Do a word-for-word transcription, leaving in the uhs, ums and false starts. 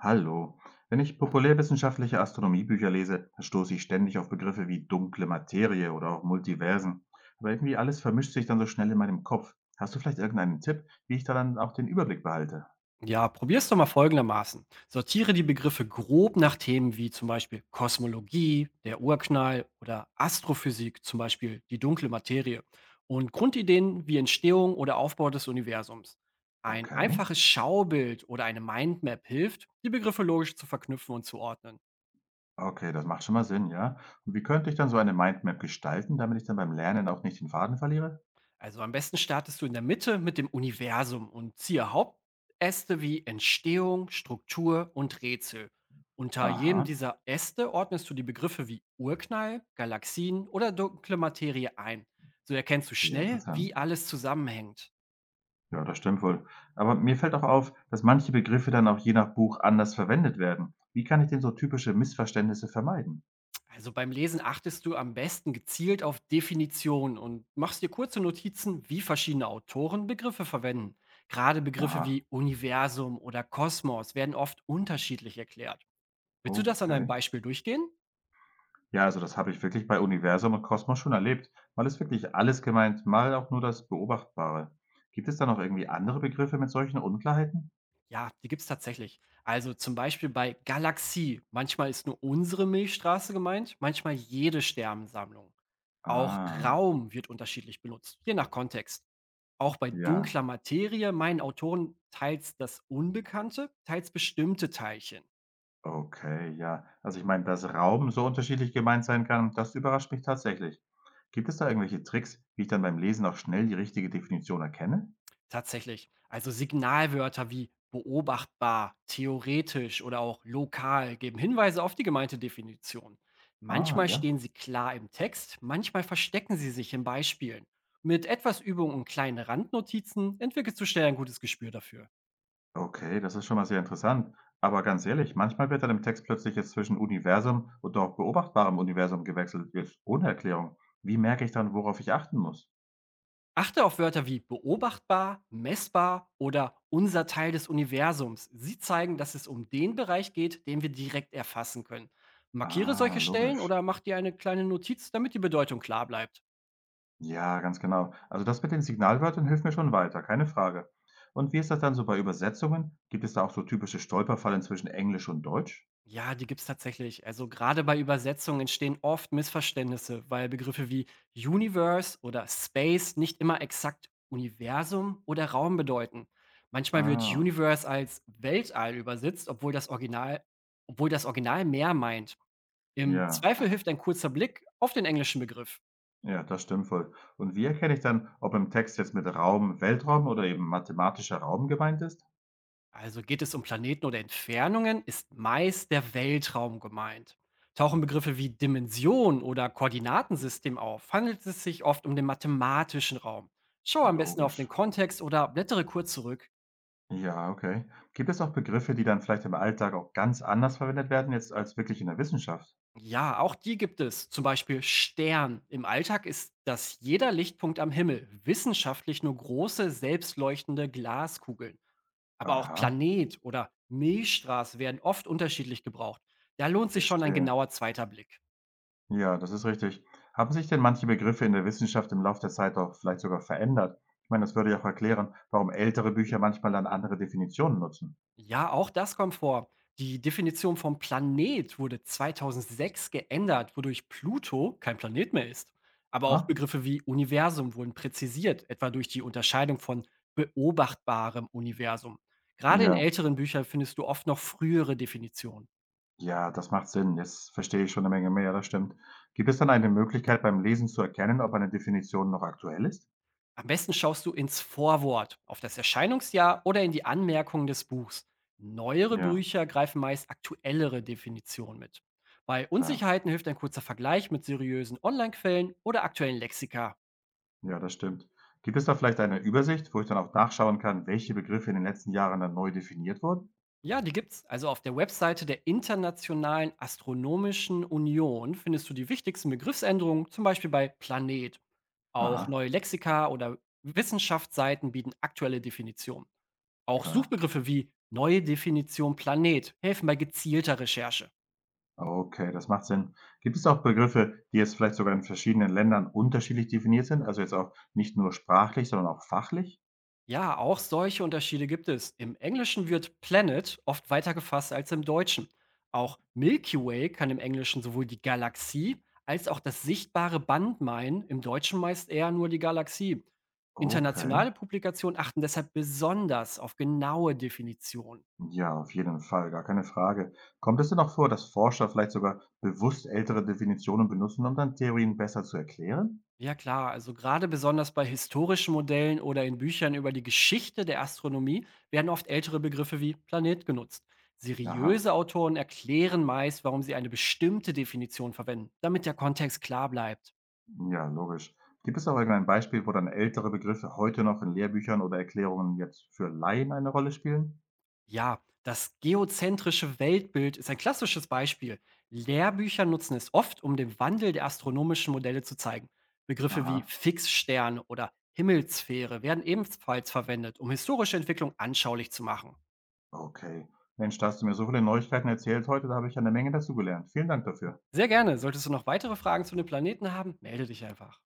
Hallo. Wenn ich populärwissenschaftliche Astronomiebücher lese, dann stoße ich ständig auf Begriffe wie dunkle Materie oder auch Multiversen. Aber irgendwie alles vermischt sich dann so schnell in meinem Kopf. Hast du vielleicht irgendeinen Tipp, wie ich da dann auch den Überblick behalte? Ja, probier's doch mal folgendermaßen. Sortiere die Begriffe grob nach Themen wie zum Beispiel Kosmologie, der Urknall oder Astrophysik, zum Beispiel die dunkle Materie und Grundideen wie Entstehung oder Aufbau des Universums. Ein Okay. einfaches Schaubild oder eine Mindmap hilft, die Begriffe logisch zu verknüpfen und zu ordnen. Okay, das macht schon mal Sinn, ja. Und wie könnte ich dann so eine Mindmap gestalten, damit ich dann beim Lernen auch nicht den Faden verliere? Also am besten startest du in der Mitte mit dem Universum und ziehe Hauptäste wie Entstehung, Struktur und Rätsel. Unter jedem Aha, dieser Äste ordnest du die Begriffe wie Urknall, Galaxien oder dunkle Materie ein. So erkennst du sehr schnell, interessant. wie alles zusammenhängt. Ja, das stimmt wohl. Aber mir fällt auch auf, dass manche Begriffe dann auch je nach Buch anders verwendet werden. Wie kann ich denn so typische Missverständnisse vermeiden? Also beim Lesen achtest du am besten gezielt auf Definitionen und machst dir kurze Notizen, wie verschiedene Autoren Begriffe verwenden. Gerade Begriffe Aha. wie Universum oder Kosmos werden oft unterschiedlich erklärt. Willst du Oh, das an einem okay. Beispiel durchgehen? Ja, also das habe ich wirklich bei Universum und Kosmos schon erlebt. Mal ist wirklich alles gemeint, mal auch nur das Beobachtbare. Gibt es da noch irgendwie andere Begriffe mit solchen Unklarheiten? Ja, die gibt es tatsächlich. Also zum Beispiel bei Galaxie. Manchmal ist nur unsere Milchstraße gemeint, manchmal jede Sternensammlung. Auch Ah, Raum wird unterschiedlich benutzt, je nach Kontext. Auch bei ja, dunkler Materie meinen Autoren teils das Unbekannte, teils bestimmte Teilchen. okay, ja. Also ich meine, dass Raum so unterschiedlich gemeint sein kann, das überrascht mich tatsächlich. Gibt es da irgendwelche Tricks, wie ich dann beim Lesen auch schnell die richtige Definition erkenne? Tatsächlich. Also Signalwörter wie beobachtbar, theoretisch oder auch lokal geben Hinweise auf die gemeinte Definition. Ah, Manchmal ja. stehen sie klar im Text, manchmal verstecken sie sich in Beispielen. Mit etwas Übung und kleinen Randnotizen entwickelst du schnell ein gutes Gespür dafür. Okay, das ist schon mal sehr interessant. Aber ganz ehrlich, manchmal wird dann im Text plötzlich jetzt zwischen Universum und auch beobachtbarem Universum gewechselt, jetzt ohne Erklärung. Wie merke ich dann, worauf ich achten muss? Achte auf Wörter wie beobachtbar, messbar oder unser Teil des Universums. Sie zeigen, dass es um den Bereich geht, den wir direkt erfassen können. Markiere Ah, solche Stellen logisch. oder mach dir eine kleine Notiz, damit die Bedeutung klar bleibt. Ja, ganz genau. Also das mit den Signalwörtern hilft mir schon weiter, keine Frage. Und wie ist das dann so bei Übersetzungen? Gibt es da auch so typische Stolperfallen zwischen Englisch und Deutsch? Ja, die gibt's tatsächlich. Also gerade bei Übersetzungen entstehen oft Missverständnisse, weil Begriffe wie Universe oder Space nicht immer exakt Universum oder Raum bedeuten. Manchmal wird Ah, Universe als Weltall übersetzt, obwohl das Original, obwohl das Original mehr meint. Im ja, Zweifel hilft ein kurzer Blick auf den englischen Begriff. ja, das stimmt wohl. Und wie erkenne ich dann, ob im Text jetzt mit Raum Weltraum oder eben mathematischer Raum gemeint ist? Also geht es um Planeten oder Entfernungen, ist meist der Weltraum gemeint. Tauchen Begriffe wie Dimension oder Koordinatensystem auf, handelt es sich oft um den mathematischen Raum. Schau am besten auf den Logisch. Kontext oder blättere kurz zurück. Ja, okay. Gibt es auch Begriffe, die dann vielleicht im Alltag auch ganz anders verwendet werden jetzt als wirklich in der Wissenschaft? Ja, auch die gibt es. Zum Beispiel Stern. Im Alltag ist das jeder Lichtpunkt am Himmel. Wissenschaftlich nur große, selbstleuchtende Glaskugeln. Aber auch Aha, Planet oder Milchstraße werden oft unterschiedlich gebraucht. Da lohnt sich schon ein verstehe. genauer zweiter Blick. Ja, das ist richtig. Haben sich denn manche Begriffe in der Wissenschaft im Laufe der Zeit auch vielleicht sogar verändert? Ich meine, das würde ja auch erklären, warum ältere Bücher manchmal dann andere Definitionen nutzen. Ja, auch das kommt vor. Die Definition vom Planet wurde zweitausendsechs geändert, wodurch Pluto kein Planet mehr ist. Aber auch Ah? Begriffe wie Universum wurden präzisiert, etwa durch die Unterscheidung von beobachtbarem Universum. Gerade in Ja, älteren Büchern findest du oft noch frühere Definitionen. ja, das macht Sinn. Jetzt verstehe ich schon eine Menge mehr, das stimmt. Gibt es dann eine Möglichkeit beim Lesen zu erkennen, ob eine Definition noch aktuell ist? Am besten schaust du ins Vorwort, auf das Erscheinungsjahr oder in die Anmerkungen des Buchs. Neuere Ja, Bücher greifen meist aktuellere Definitionen mit. Bei klar. Unsicherheiten hilft ein kurzer Vergleich mit seriösen Online-Quellen oder aktuellen Lexika. Ja, das stimmt. Gibt es da vielleicht eine Übersicht, wo ich dann auch nachschauen kann, welche Begriffe in den letzten Jahren dann neu definiert wurden? Ja, die gibt's. Also auf der Webseite der Internationalen Astronomischen Union findest du die wichtigsten Begriffsänderungen, zum Beispiel bei Planet. Auch Aha, neue Lexika oder Wissenschaftsseiten bieten aktuelle Definitionen. Auch klar. Suchbegriffe wie neue Definition Planet helfen bei gezielter Recherche. Okay, das macht Sinn. Gibt es auch Begriffe, die jetzt vielleicht sogar in verschiedenen Ländern unterschiedlich definiert sind? Also jetzt auch nicht nur sprachlich, sondern auch fachlich? Ja, auch solche Unterschiede gibt es. Im Englischen wird Planet oft weiter gefasst als im Deutschen. Auch Milky Way kann im Englischen sowohl die Galaxie als auch das sichtbare Band meinen, im Deutschen meist eher nur die Galaxie. Okay. Internationale Publikationen achten deshalb besonders auf genaue Definitionen. Ja, auf jeden Fall, gar keine Frage. Kommt es denn auch vor, dass Forscher vielleicht sogar bewusst ältere Definitionen benutzen, um dann Theorien besser zu erklären? Ja klar, also gerade besonders bei historischen Modellen oder in Büchern über die Geschichte der Astronomie werden oft ältere Begriffe wie Planet genutzt. Aha. Seriöse Autoren erklären meist, warum sie eine bestimmte Definition verwenden, damit der Kontext klar bleibt. Ja, logisch. Gibt es auch irgendein Beispiel, wo dann ältere Begriffe heute noch in Lehrbüchern oder Erklärungen jetzt für Laien eine Rolle spielen? Ja, das geozentrische Weltbild ist ein klassisches Beispiel. Lehrbücher nutzen es oft, um den Wandel der astronomischen Modelle zu zeigen. Begriffe wie Aha, Fixstern oder Himmelssphäre werden ebenfalls verwendet, um historische Entwicklung anschaulich zu machen. okay. Mensch, da hast du mir so viele Neuigkeiten erzählt heute, da habe ich ja eine Menge dazugelernt. Vielen Dank dafür. Sehr gerne. Solltest du noch weitere Fragen zu den Planeten haben, melde dich einfach.